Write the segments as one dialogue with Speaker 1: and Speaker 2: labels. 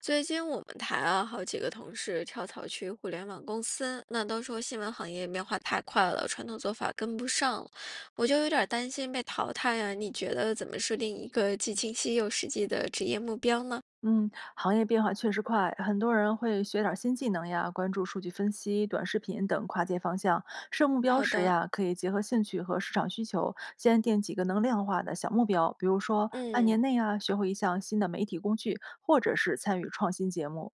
Speaker 1: 最近我们台啊，好几个同事跳槽去互联网公司，那都说新闻行业变化太快了，传统做法跟不上了，我就有点儿担心被淘汰呀、你觉得怎么设定一个既清晰又实际的职业目标呢？
Speaker 2: 嗯，行业变化确实快，很多人会学点儿新技能呀，关注数据分析、短视频等跨界方向。设目标
Speaker 1: 好
Speaker 2: 时
Speaker 1: 的，
Speaker 2: 呀，可以结合兴趣和市场需求，先定几个能量化的小目标，比如说半
Speaker 1: 嗯
Speaker 2: 年内啊，学会一项新的媒体工具，或者是参与创新节目。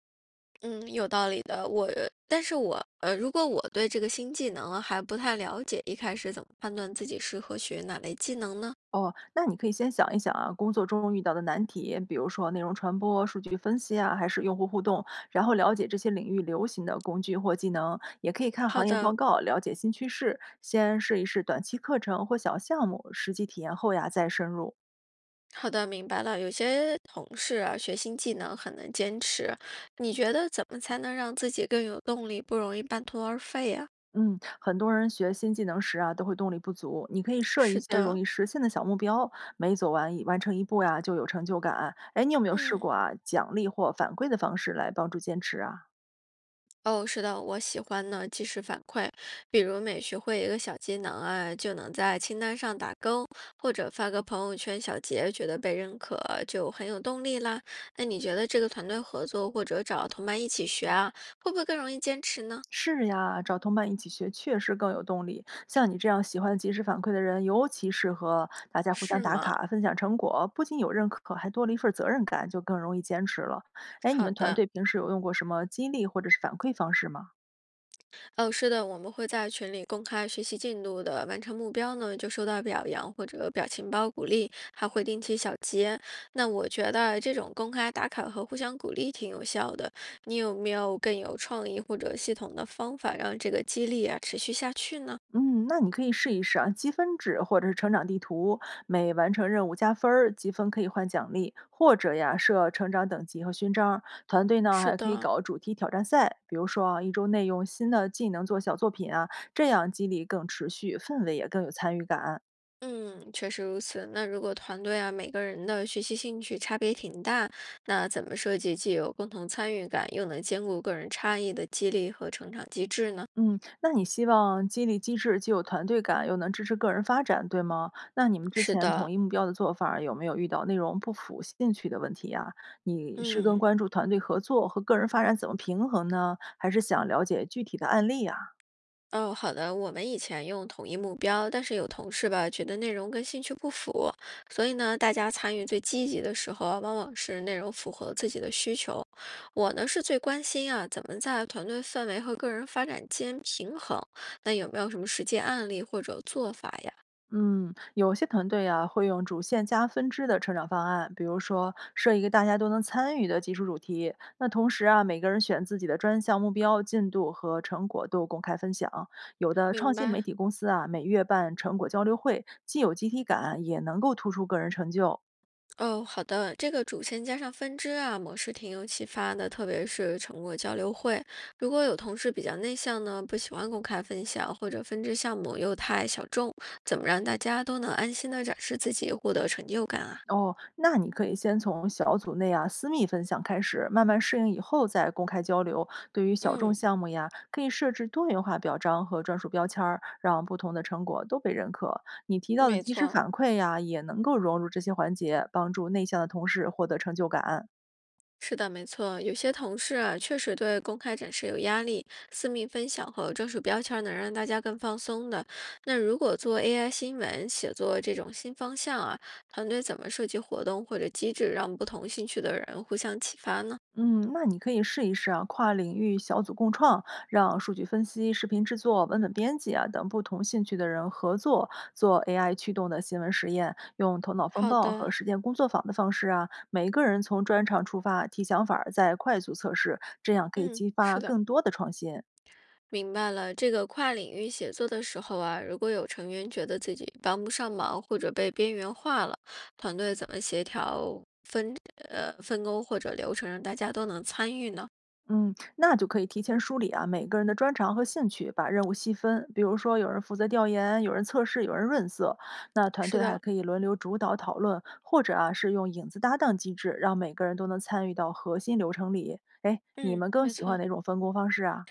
Speaker 1: 嗯，有道理的。我，但是我如果我对这个新技能啊还不太了解，一开始怎么判断自己适合学哪类技能呢？
Speaker 2: 哦，那你可以先想一想啊，工作中遇到的难题，比如说内容传播、数据分析啊，还是用户互动，然后了解这些领域流行的工具或技能，也可以看
Speaker 1: 好
Speaker 2: 行业报
Speaker 1: 的，
Speaker 2: 告，了解新趋势，先试一试短期课程或小项目，实际体验后呀再深入。
Speaker 1: 好的，明白了。有些同事啊，学新技能很能坚持。你觉得怎么才能让自己更有动力，不容易半途而废呀、
Speaker 2: 嗯，很多人学新技能时啊，都会动力不足。你可以设一
Speaker 1: 是
Speaker 2: 些容
Speaker 1: 的，
Speaker 2: 易实现的小目标，每走完完成一步呀，就有成就感。哎，你有没有试过
Speaker 1: 嗯，
Speaker 2: 啊，奖励或反馈的方式来帮助坚持啊？
Speaker 1: 哦，是的，我喜欢呢及时反馈，比如每学会一个小技能啊，就能在清单上打勾，或者发个朋友圈小结，觉得被认可就很有动力啦。那你觉得这个团队合作或者找同伴一起学啊，会不会更容易坚持呢？
Speaker 2: 是呀，找同伴一起学确实更有动力。像你这样喜欢及时反馈的人，尤其适合大家互相
Speaker 1: 是
Speaker 2: 打
Speaker 1: 吗？
Speaker 2: 卡、分享成果，不仅有认可，还多了一份责任感，就更容易坚持了。哎，你
Speaker 1: 好
Speaker 2: 们团
Speaker 1: 的。
Speaker 2: 队平时有用过什么激励或者是反馈方式吗？
Speaker 1: 哦，是的，我们会在群里公开学习进度的，完成目标呢就收到表扬或者表情包鼓励，还会定期小结。那我觉得这种公开打卡和互相鼓励挺有效的。你有没有更有创意或者系统的方法让这个激励啊持续下去呢？
Speaker 2: 嗯，那你可以试一试啊，积分制或者是成长地图，每完成任务加分儿，积分可以换奖励，或者呀设成长等级和勋章。团队呢
Speaker 1: 是
Speaker 2: 还可以
Speaker 1: 的，
Speaker 2: 搞主题挑战赛，比如说啊一周内用新的技能做小作品啊，这样激励更持续，氛围也更有参与感。
Speaker 1: 嗯，确实如此。那如果团队啊，每个人的学习兴趣差别挺大，那怎么设计既有共同参与感，又能兼顾个人差异的激励和成长机制呢？
Speaker 2: 嗯，那你希望激励机制既有团队感，又能支持个人发展，对吗？那你们之
Speaker 1: 是
Speaker 2: 前
Speaker 1: 的，
Speaker 2: 统一目标的做法儿有没有遇到内容不符、兴趣的问题呀？你是更
Speaker 1: 嗯，
Speaker 2: 关注团队合作和个人发展怎么平衡呢？还是想了解具体的案例呀？
Speaker 1: 哦，好的。我们以前用统一目标，但是有同事吧，觉得内容跟兴趣不符，所以呢，大家参与最积极的时候啊往往是内容符合自己的需求。我呢是最关心啊，怎么在团队氛围和个人发展间平衡？那有没有什么实际案例或者做法呀？
Speaker 2: 嗯，有些团队啊会用主线加分支的成长方案，比如说设一个大家都能参与的技术主题。那同时啊，每个人选自己的专项目标、进度和成果都公开分享。有的创
Speaker 1: 明
Speaker 2: 新媒
Speaker 1: 白。
Speaker 2: 体公司啊，每月办成果交流会，既有集体感，也能够突出个人成就。
Speaker 1: 哦，好的，这个主线加上分支啊，模式挺有启发的，特别是成果交流会。如果有同事比较内向呢，不喜欢公开分享，或者分支项目又太小众，怎么让大家都能安心的展示自己，获得成就感啊？
Speaker 2: 哦，那你可以先从小组内啊私密分享开始，慢慢适应以后再公开交流。对于小众
Speaker 1: 嗯，
Speaker 2: 项目呀，可以设置多元化表彰和专属标签儿，让不同的成果都被认可。你提到的
Speaker 1: 没
Speaker 2: 及时
Speaker 1: 错，
Speaker 2: 反馈呀，也能够融入这些环节，帮助内向的同事获得成就感。
Speaker 1: 是的，没错，有些同事啊，确实对公开展示有压力，私密分享和专属标签儿能让大家更放松的。那如果做 AI 新闻写作这种新方向啊，团队怎么设计活动或者机制，让不同兴趣的人互相启发呢？
Speaker 2: 嗯，那你可以试一试啊，跨领域小组共创，让数据分析、视频制作、文本编辑啊等不同兴趣的人合作，做 AI 驱动的新闻实验，用头脑风
Speaker 1: 好
Speaker 2: 暴和
Speaker 1: 的，
Speaker 2: 实践工作坊的方式啊，每个人从专长出发，提想法儿再快速测试，这样可以
Speaker 1: 嗯，
Speaker 2: 激发
Speaker 1: 是的，
Speaker 2: 更多的创新。
Speaker 1: 明白了。这个跨领域写作的时候啊，如果有成员觉得自己帮不上忙或者被边缘化了，团队怎么协调分分工或者流程，让大家都能参与呢？
Speaker 2: 嗯，那就可以提前梳理啊，每个人的专长和兴趣，把任务细分。比如说，有人负责调研，有人测试，有人润色。那团
Speaker 1: 是
Speaker 2: 队还
Speaker 1: 的，
Speaker 2: 可以轮流主导讨论，或者啊，是用影子搭档机制，让每个人都能参与到核心流程里。哎，你
Speaker 1: 嗯，
Speaker 2: 们更
Speaker 1: 没
Speaker 2: 喜欢
Speaker 1: 错。
Speaker 2: 哪种分工方式啊？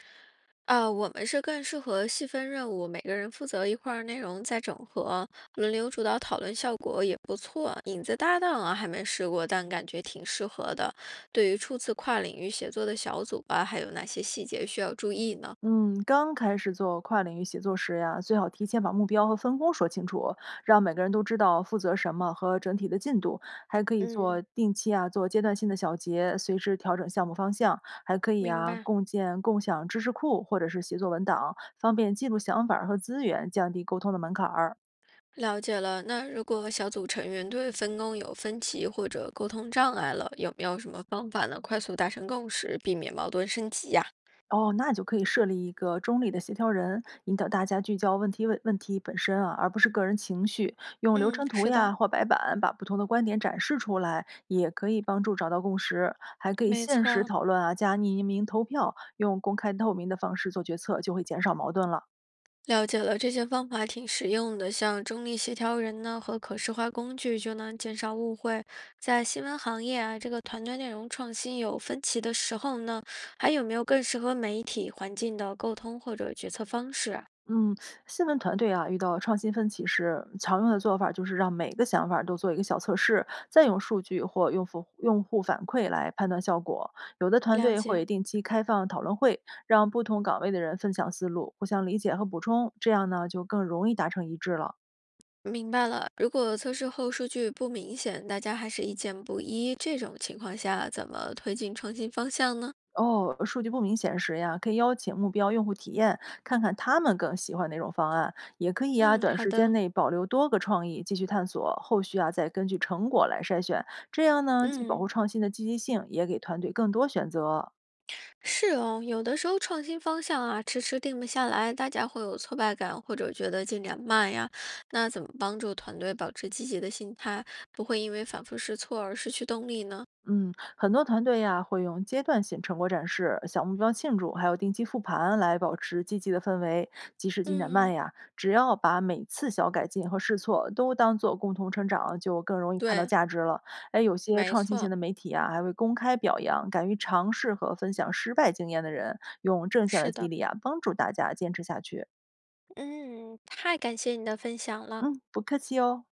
Speaker 1: 啊，我们是更适合细分任务，每个人负责一块儿内容再整合，轮流主导讨论，效果也不错。影子搭档啊，还没试过，但感觉挺适合的。对于初次跨领域协作的小组啊，还有哪些细节需要注意呢？
Speaker 2: 嗯，刚开始做跨领域协作时呀，最好提前把目标和分工说清楚，让每个人都知道负责什么和整体的进度。还可以做
Speaker 1: 嗯，
Speaker 2: 定期啊，做阶段性的小结，随时调整项目方向。还可以
Speaker 1: 明
Speaker 2: 啊，
Speaker 1: 白。
Speaker 2: 共建共享知识库或者是协作文档，方便记录想法儿和资源，降低沟通的门槛儿。
Speaker 1: 了解了。那如果小组成员对分工有分歧或者沟通障碍了，有没有什么方法能快速达成共识，避免矛盾升级呀？
Speaker 2: 哦，那就可以设立一个中立的协调人，引导大家聚焦问题问题本身啊，而不是个人情绪。用流
Speaker 1: 嗯，
Speaker 2: 程图
Speaker 1: 是
Speaker 2: 呀
Speaker 1: 的，
Speaker 2: 或白板把不同的观点展示出来，也可以帮助找到共识。还可以
Speaker 1: 没
Speaker 2: 限时
Speaker 1: 错。
Speaker 2: 讨论啊，加匿名投票，用公开透明的方式做决策，就会减少矛盾了。
Speaker 1: 了解了，这些方法挺实用的，像中立协调人呢和可视化工具就能减少误会。在新闻行业啊，这个团队内容创新有分歧的时候呢，还有没有更适合媒体环境的沟通或者决策方式啊
Speaker 2: 嗯，新闻团队啊，遇到创新分歧时，常用的做法就是让每个想法儿都做一个小测试，再用数据或用户反馈来判断效果。有的团
Speaker 1: 了
Speaker 2: 队会
Speaker 1: 解，
Speaker 2: 定期开放讨论会，让不同岗位的人分享思路，互相理解和补充，这样呢就更容易达成一致了。
Speaker 1: 明白了。如果测试后数据不明显，大家还是意见不一，这种情况下怎么推进创新方向呢？
Speaker 2: 哦，数据不明显时呀，可以邀请目标用户体验，看看他们更喜欢哪种方案，也可以啊，
Speaker 1: 嗯，
Speaker 2: 短
Speaker 1: 好
Speaker 2: 时间
Speaker 1: 的，
Speaker 2: 内保留多个创意，继续探索，后续啊再根据成果来筛选，这样呢，既保
Speaker 1: 嗯。
Speaker 2: 护创新的积极性，也给团队更多选择。
Speaker 1: 是哦，有的时候创新方向啊，迟迟定不下来，大家会有挫败感，或者觉得进展慢呀。那怎么帮助团队保持积极的心态，不会因为反复试错而失去动力呢？
Speaker 2: 嗯，很多团队呀会用阶段性成果展示、小目标庆祝，还有定期复盘来保持积极的氛围。即使进展
Speaker 1: 嗯，
Speaker 2: 慢呀，只要把每次小改进和试错都当做共同成长，就更容易看到
Speaker 1: 对，
Speaker 2: 价值了。哎，有些
Speaker 1: 没
Speaker 2: 创新型
Speaker 1: 错，
Speaker 2: 的媒体啊，还会公开表扬敢于尝试和分享失败经验的人，用正向
Speaker 1: 是
Speaker 2: 的激
Speaker 1: 的，
Speaker 2: 励啊，帮助大家坚持下去。
Speaker 1: 嗯，太感谢你的分享了。
Speaker 2: 嗯，不客气哦。